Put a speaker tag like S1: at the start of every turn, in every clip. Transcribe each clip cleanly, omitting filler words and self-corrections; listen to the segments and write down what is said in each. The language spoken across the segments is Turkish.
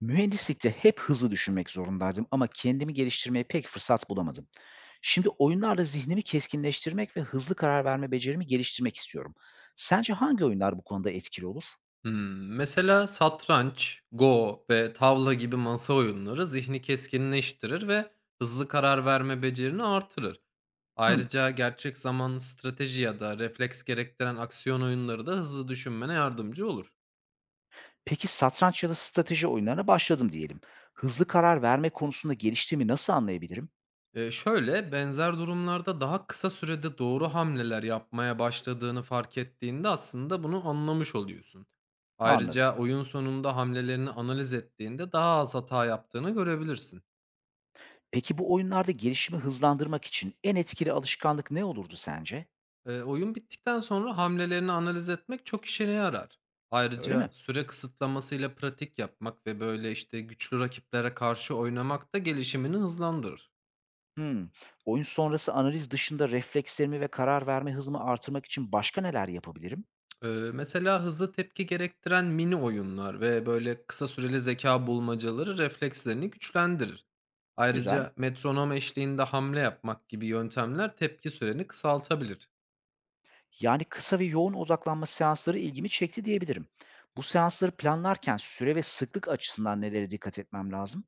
S1: Mühendislikte hep hızlı düşünmek zorundaydım ama kendimi geliştirmeye pek fırsat bulamadım. Şimdi oyunlarla zihnimi keskinleştirmek ve hızlı karar verme becerimi geliştirmek istiyorum. Sence hangi oyunlar bu konuda etkili olur?
S2: Hımm. Mesela satranç, go ve tavla gibi masa oyunları zihni keskinleştirir ve hızlı karar verme becerini artırır.
S1: Hmm.
S2: Ayrıca gerçek zamanlı strateji ya da refleks gerektiren aksiyon oyunları da hızlı düşünmene yardımcı olur.
S1: Peki satranç ya da strateji oyunlarına başladım diyelim. Hızlı karar verme konusunda geliştiğimi nasıl anlayabilirim?
S2: Benzer durumlarda daha kısa sürede doğru hamleler yapmaya başladığını fark ettiğinde aslında bunu anlamış oluyorsun.
S1: Anladım.
S2: Ayrıca oyun sonunda hamlelerini analiz ettiğinde daha az hata yaptığını görebilirsin.
S1: Peki bu oyunlarda gelişimi hızlandırmak için en etkili alışkanlık ne olurdu sence?
S2: Oyun bittikten sonra hamlelerini analiz etmek çok işine yarar.
S1: Öyle
S2: Ayrıca
S1: mi?
S2: süre kısıtlamasıyla pratik yapmak ve böyle işte güçlü rakiplere karşı oynamak da gelişimini hızlandırır.
S1: Hımm. Oyun sonrası analiz dışında reflekslerimi ve karar verme hızımı artırmak için başka neler yapabilirim?
S2: Eee, Mesela hızlı tepki gerektiren mini oyunlar ve böyle kısa süreli zeka bulmacaları reflekslerini güçlendirir.
S1: Güzel.
S2: Ayrıca metronom eşliğinde hamle yapmak gibi yöntemler tepki süreni kısaltabilir.
S1: Yani kısa ve yoğun odaklanma seansları ilgimi çekti diyebilirim. Bu seansları planlarken süre ve sıklık açısından nelere dikkat etmem lazım?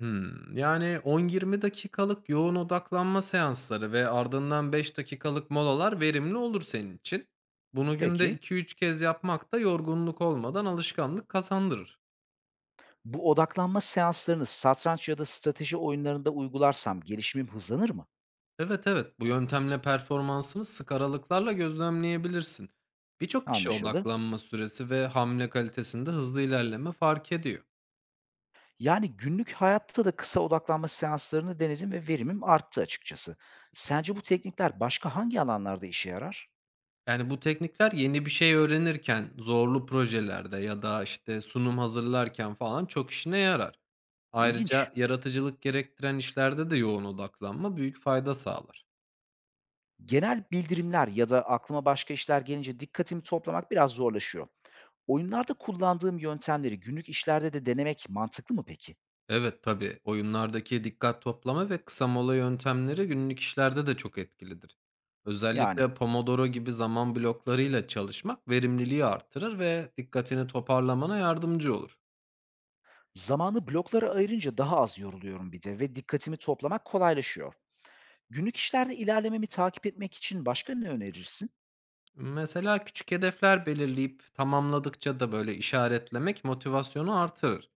S2: Hımm. Yani 10-20 dakikalık yoğun odaklanma seansları ve ardından 5 dakikalık molalar verimli olur senin için. Bunu günde
S1: Peki.
S2: 2-3 kez yapmak da yorgunluk olmadan alışkanlık kazandırır.
S1: Bu odaklanma seanslarını satranç ya da strateji oyunlarında uygularsam gelişimim hızlanır mı?
S2: Evet, evet, bu yöntemle performansını sık aralıklarla gözlemleyebilirsin. Birçok kişi
S1: Anlaşıldı.
S2: odaklanma süresi ve hamle kalitesinde hızlı ilerleme fark ediyor.
S1: Yani günlük hayatta da kısa odaklanma seanslarını denedim ve verimim arttı açıkçası. Sence bu teknikler başka hangi alanlarda işe yarar?
S2: Yani, bu teknikler yeni bir şey öğrenirken, zorlu projelerde ya da, işte, sunum hazırlarken falan çok işine yarar.
S1: İlginç.
S2: Ayrıca yaratıcılık gerektiren işlerde de yoğun odaklanma büyük fayda sağlar.
S1: Genel bildirimler ya da aklıma başka işler gelince dikkatimi toplamak biraz zorlaşıyor. Oyunlarda kullandığım yöntemleri günlük işlerde de denemek mantıklı mı peki?
S2: Evet, tabii, oyunlardaki dikkat toplama ve kısa mola yöntemleri günlük işlerde de çok etkilidir.
S1: Yani
S2: Özellikle Pomodoro gibi zaman bloklarıyla çalışmak verimliliği artırır ve dikkatini toparlamana yardımcı olur.
S1: zamanı bloklara ayırınca daha az yoruluyorum bir de ve dikkatimi toplamak kolaylaşıyor. Günlük işlerde ilerlememi takip etmek için başka ne önerirsin?
S2: Mesela küçük hedefler belirleyip tamamladıkça da böyle işaretlemek motivasyonu artırır.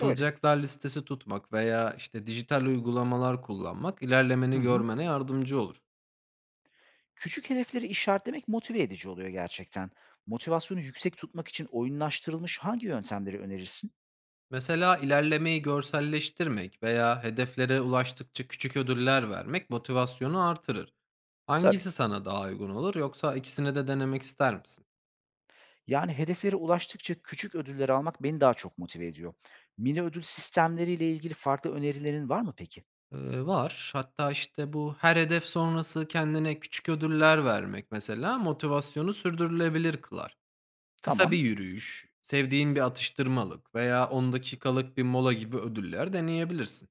S1: Öyle.
S2: listesi tutmak veya işte dijital uygulamalar kullanmak ilerlemeni
S1: Hı hı.
S2: görmene yardımcı olur.
S1: Küçük hedefleri işaretlemek motive edici oluyor gerçekten. Motivasyonu yüksek tutmak için oyunlaştırılmış hangi yöntemleri önerirsin?
S2: Mesela ilerlemeyi görselleştirmek veya hedeflere ulaştıkça küçük ödüller vermek motivasyonu artırır.
S1: Tabii.
S2: Hangisi sana daha uygun olur yoksa ikisini de denemek ister misin?
S1: Yani hedeflere ulaştıkça küçük ödüller almak beni daha çok motive ediyor. Mini ödül sistemleriyle ilgili farklı önerilerin var mı peki?
S2: Var. Hatta işte bu her hedef sonrası kendine küçük ödüller vermek mesela motivasyonu sürdürülebilir kılar. Kısa bir
S1: Tamam.
S2: yürüyüş, sevdiğin bir atıştırmalık veya 10 dakikalık bir mola gibi ödüller deneyebilirsin.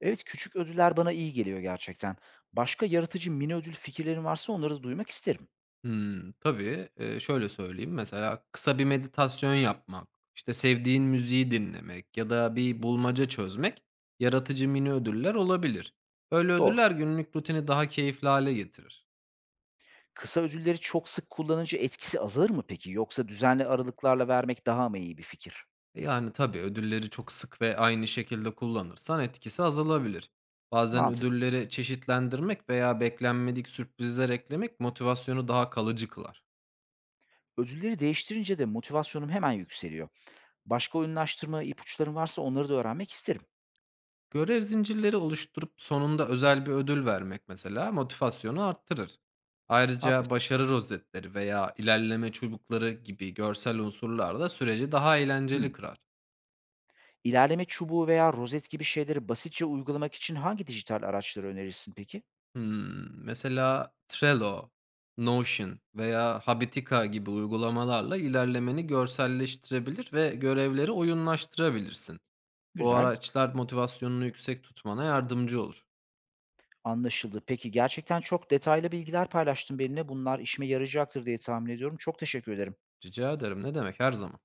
S1: Evet, küçük ödüller bana iyi geliyor gerçekten. Başka yaratıcı mini ödül fikirlerin varsa onları da duymak isterim.
S2: Hımm, tabii, şöyle söyleyeyim, Mesela kısa bir meditasyon yapmak, işte, sevdiğin müziği dinlemek ya da bir bulmaca çözmek yaratıcı mini ödüller olabilir. Böyle
S1: Doğru.
S2: ödüller günlük rutini daha keyifli hale getirir.
S1: Kısa ödülleri çok sık kullanınca etkisi azalır mı peki? Yoksa düzenli aralıklarla vermek daha mı iyi bir fikir?
S2: Yani tabii ödülleri çok sık ve aynı şekilde kullanırsan etkisi azalabilir. Bazen
S1: Mantıklı.
S2: ödülleri çeşitlendirmek veya beklenmedik sürprizler eklemek motivasyonu daha kalıcı kılar.
S1: Ödülleri değiştirince de motivasyonum hemen yükseliyor. Başka oyunlaştırma ipuçların varsa onları da öğrenmek isterim.
S2: Görev zincirleri oluşturup sonunda özel bir ödül vermek mesela motivasyonu arttırır. Ayrıca
S1: Haklısın.
S2: başarı rozetleri veya ilerleme çubukları gibi görsel unsurlar da süreci daha eğlenceli
S1: Hmm.
S2: kırar.
S1: İlerleme çubuğu veya rozet gibi şeyleri basitçe uygulamak için hangi dijital araçları önerirsin peki?
S2: Hımm. Mesela Trello, Notion veya Habitica gibi uygulamalarla ilerlemeni görselleştirebilir ve görevleri oyunlaştırabilirsin. Bu
S1: Güzel,
S2: araçlar motivasyonunu yüksek tutmana yardımcı olur.
S1: anlaşıldı. Peki gerçekten çok detaylı bilgiler paylaştın benimle. Bunlar işime yarayacaktır diye tahmin ediyorum. Çok teşekkür ederim.
S2: Rica ederim, ne demek, her zaman.